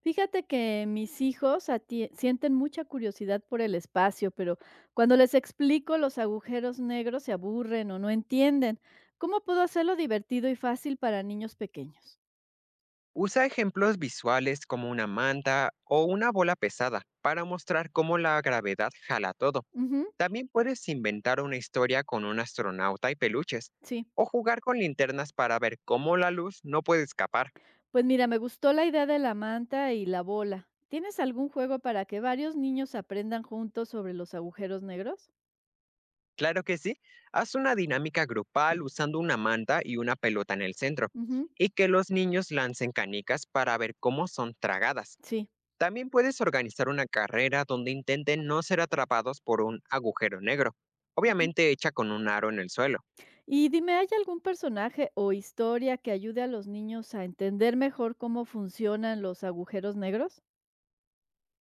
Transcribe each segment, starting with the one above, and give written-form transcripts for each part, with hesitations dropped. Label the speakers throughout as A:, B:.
A: Fíjate que mis hijos sienten mucha curiosidad por el espacio, pero cuando les explico los agujeros negros se aburren o no entienden. ¿Cómo puedo hacerlo divertido y fácil para niños pequeños?
B: Usa ejemplos visuales como una manta o una bola pesada para mostrar cómo la gravedad jala todo.
A: Ujú,
B: También puedes inventar una historia con un astronauta y peluches,
A: sí,
B: o jugar con linternas para ver cómo la luz no puede escapar.
A: pues mira, me gustó la idea de la manta y la bola. ¿Tienes algún juego para que varios niños aprendan juntos sobre los agujeros negros?
B: Claro que sí, haz una dinámica grupal usando una manta y una pelota en el centro,
A: Ujú,
B: y que los niños lancen canicas para ver cómo son tragadas.
A: sí.
B: También puedes organizar una carrera donde intenten no ser atrapados por un agujero negro,
A: Ujú.
B: obviamente hecha con un aro en el suelo.
A: Y dime, ¿hay algún personaje o historia que ayude a los niños a entender mejor cómo funcionan los agujeros negros?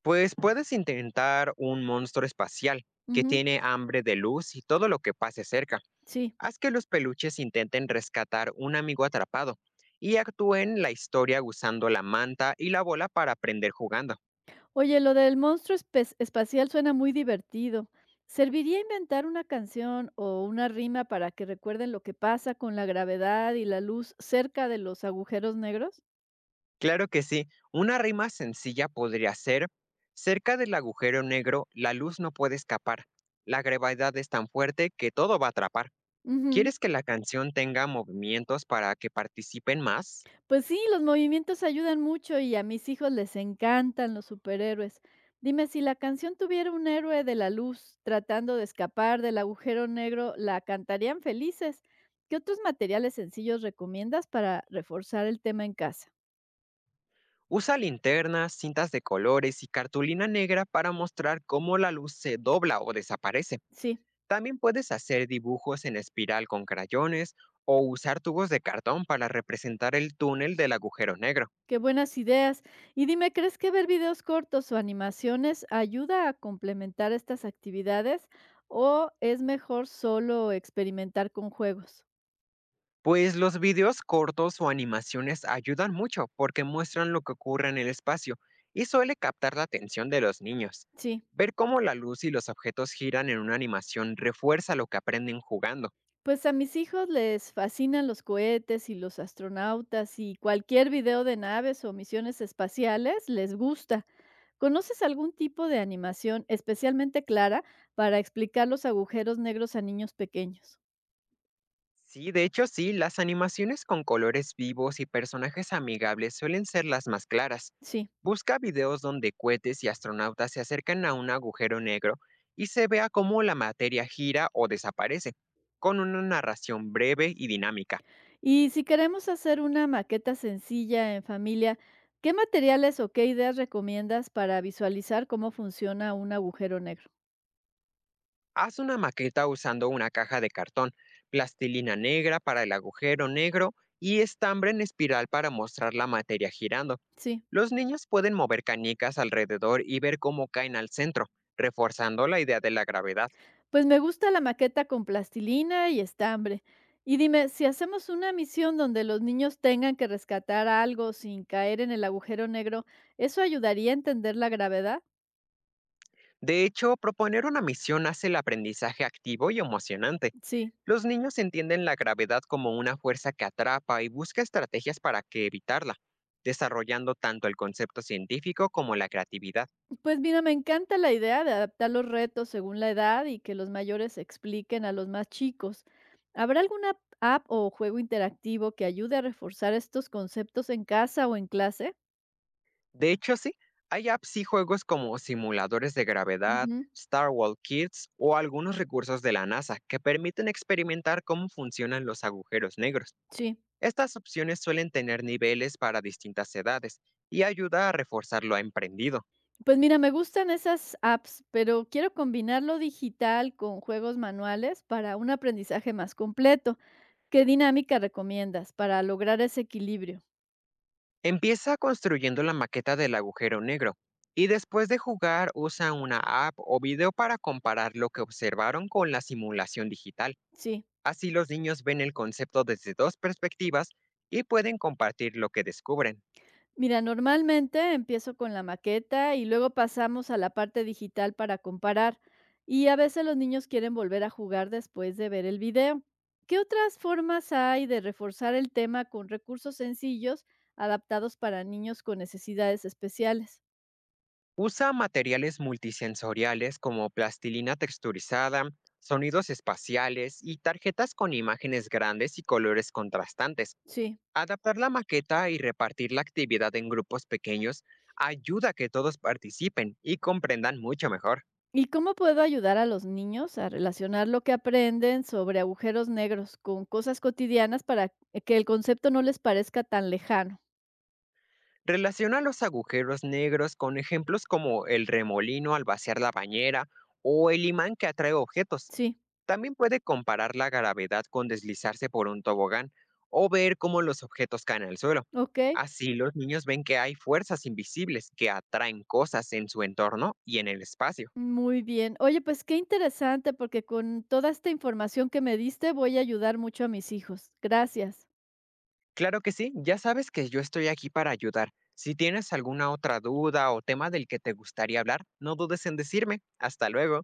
B: Pues puedes intentar un monstruo espacial que
A: Ujú,
B: tiene hambre de luz y todo lo que pase cerca.
A: sí.
B: Haz que los peluches intenten rescatar un amigo atrapado y actúen la historia usando la manta y la bola para aprender jugando.
A: Oye, lo del espacial suena muy divertido. ¿Serviría inventar una canción o una rima para que recuerden lo que pasa con la gravedad y la luz cerca de los agujeros negros?
B: Claro que sí, una rima sencilla podría ser, cerca del agujero negro la luz no puede escapar, la gravedad es tan fuerte que todo va a atrapar.
A: Ujú.
B: ¿Quieres que la canción tenga movimientos para que participen más?
A: Pues sí, los movimientos ayudan mucho y a mis hijos les encantan los superhéroes. Dime, si la canción tuviera un héroe de la luz tratando de escapar del agujero negro, ¿la cantarían felices? ¿Qué otros materiales sencillos recomiendas para reforzar el tema en casa?
B: Usa linternas, cintas de colores y cartulina negra para mostrar cómo la luz se dobla o desaparece.
A: Sí.
B: También puedes hacer dibujos en espiral con crayones o usar tubos de cartón para representar el túnel del agujero negro.
A: Qué buenas ideas. Y dime, ¿crees que ver videos cortos o animaciones ayuda a complementar estas actividades o es mejor solo experimentar con juegos?
B: Pues los videos cortos o animaciones ayudan mucho porque muestran lo que ocurre en el espacio y suele captar la atención de los niños.
A: Sí,
B: Ver cómo la luz y los objetos giran en una animación refuerza lo que aprenden jugando.
A: pues a mis hijos les fascinan los cohetes y los astronautas y cualquier video de naves o misiones espaciales les gusta. ¿Conoces algún tipo de animación especialmente clara para explicar los agujeros negros a niños pequeños?
B: Sí, de hecho sí, las animaciones con colores vivos y personajes amigables suelen ser las más claras.
A: Sí.
B: Busca videos donde cohetes y astronautas se acercan a un agujero negro y se vea cómo la materia gira o desaparece, con una narración breve y dinámica.
A: Y si queremos hacer una maqueta sencilla en familia, ¿qué materiales o qué ideas recomiendas para visualizar cómo funciona un agujero negro?
B: Haz una maqueta usando una caja de cartón, plastilina negra para el agujero negro y estambre en espiral para mostrar la materia girando.
A: Sí,
B: Los niños pueden mover canicas alrededor y ver cómo caen al centro, reforzando la idea de la gravedad.
A: pues me gusta la maqueta con plastilina y estambre. Y dime, si hacemos una misión donde los niños tengan que rescatar algo sin caer en el agujero negro, ¿eso ayudaría a entender la gravedad?
B: De hecho, proponer una misión hace el aprendizaje activo y emocionante.
A: Sí.
B: Los niños entienden la gravedad como una fuerza que atrapa y busca estrategias para que evitarla, desarrollando tanto el concepto científico como la creatividad.
A: Pues mira, me encanta la idea de adaptar los retos según la edad y que los mayores expliquen a los más chicos. ¿Habrá alguna app o juego interactivo que ayude a reforzar estos conceptos en casa o en clase?
B: De hecho, sí, hay apps y juegos como simuladores de gravedad,
A: Ujú,
B: Star Wars Kids o algunos recursos de la NASA que permiten experimentar cómo funcionan los agujeros negros.
A: sí.
B: Estas opciones suelen tener niveles para distintas edades y ayuda a reforzar lo emprendido.
A: Pues mira, me gustan esas apps, pero quiero combinar lo digital con juegos manuales para un aprendizaje más completo. ¿Qué dinámica recomiendas para lograr ese equilibrio?
B: Empieza construyendo la maqueta del agujero negro y después de jugar usa una app o video para comparar lo que observaron con la simulación digital.
A: Sí.
B: Así los niños ven el concepto desde dos perspectivas y pueden compartir lo que descubren.
A: Mira, normalmente empiezo con la maqueta y luego pasamos a la parte digital para comparar. Y a veces los niños quieren volver a jugar después de ver el video. ¿Qué otras formas hay de reforzar el tema con recursos sencillos adaptados para niños con necesidades especiales?
B: Usa materiales multisensoriales como plastilina texturizada, sonidos espaciales y tarjetas con imágenes grandes y colores contrastantes.
A: Sí.
B: Adaptar la maqueta y repartir la actividad en grupos pequeños ayuda a que todos participen y comprendan mucho mejor.
A: ¿Y cómo puedo ayudar a los niños a relacionar lo que aprenden sobre agujeros negros con cosas cotidianas para que el concepto no les parezca tan lejano?
B: Relaciona los agujeros negros con ejemplos como el remolino al vaciar la bañera o el imán que atrae objetos.
A: Sí,
B: También puede comparar la gravedad con deslizarse por un tobogán o ver cómo los objetos caen al suelo.
A: ok.
B: Así los niños ven que hay fuerzas invisibles que atraen cosas en su entorno y en el espacio.
A: Muy bien. Oye, pues qué interesante, porque con toda esta información que me diste voy a ayudar mucho a mis hijos. Gracias.
B: Claro que sí, ya sabes que yo estoy aquí para ayudar. Si tienes alguna otra duda o tema del que te gustaría hablar, no dudes en decirme. Hasta luego.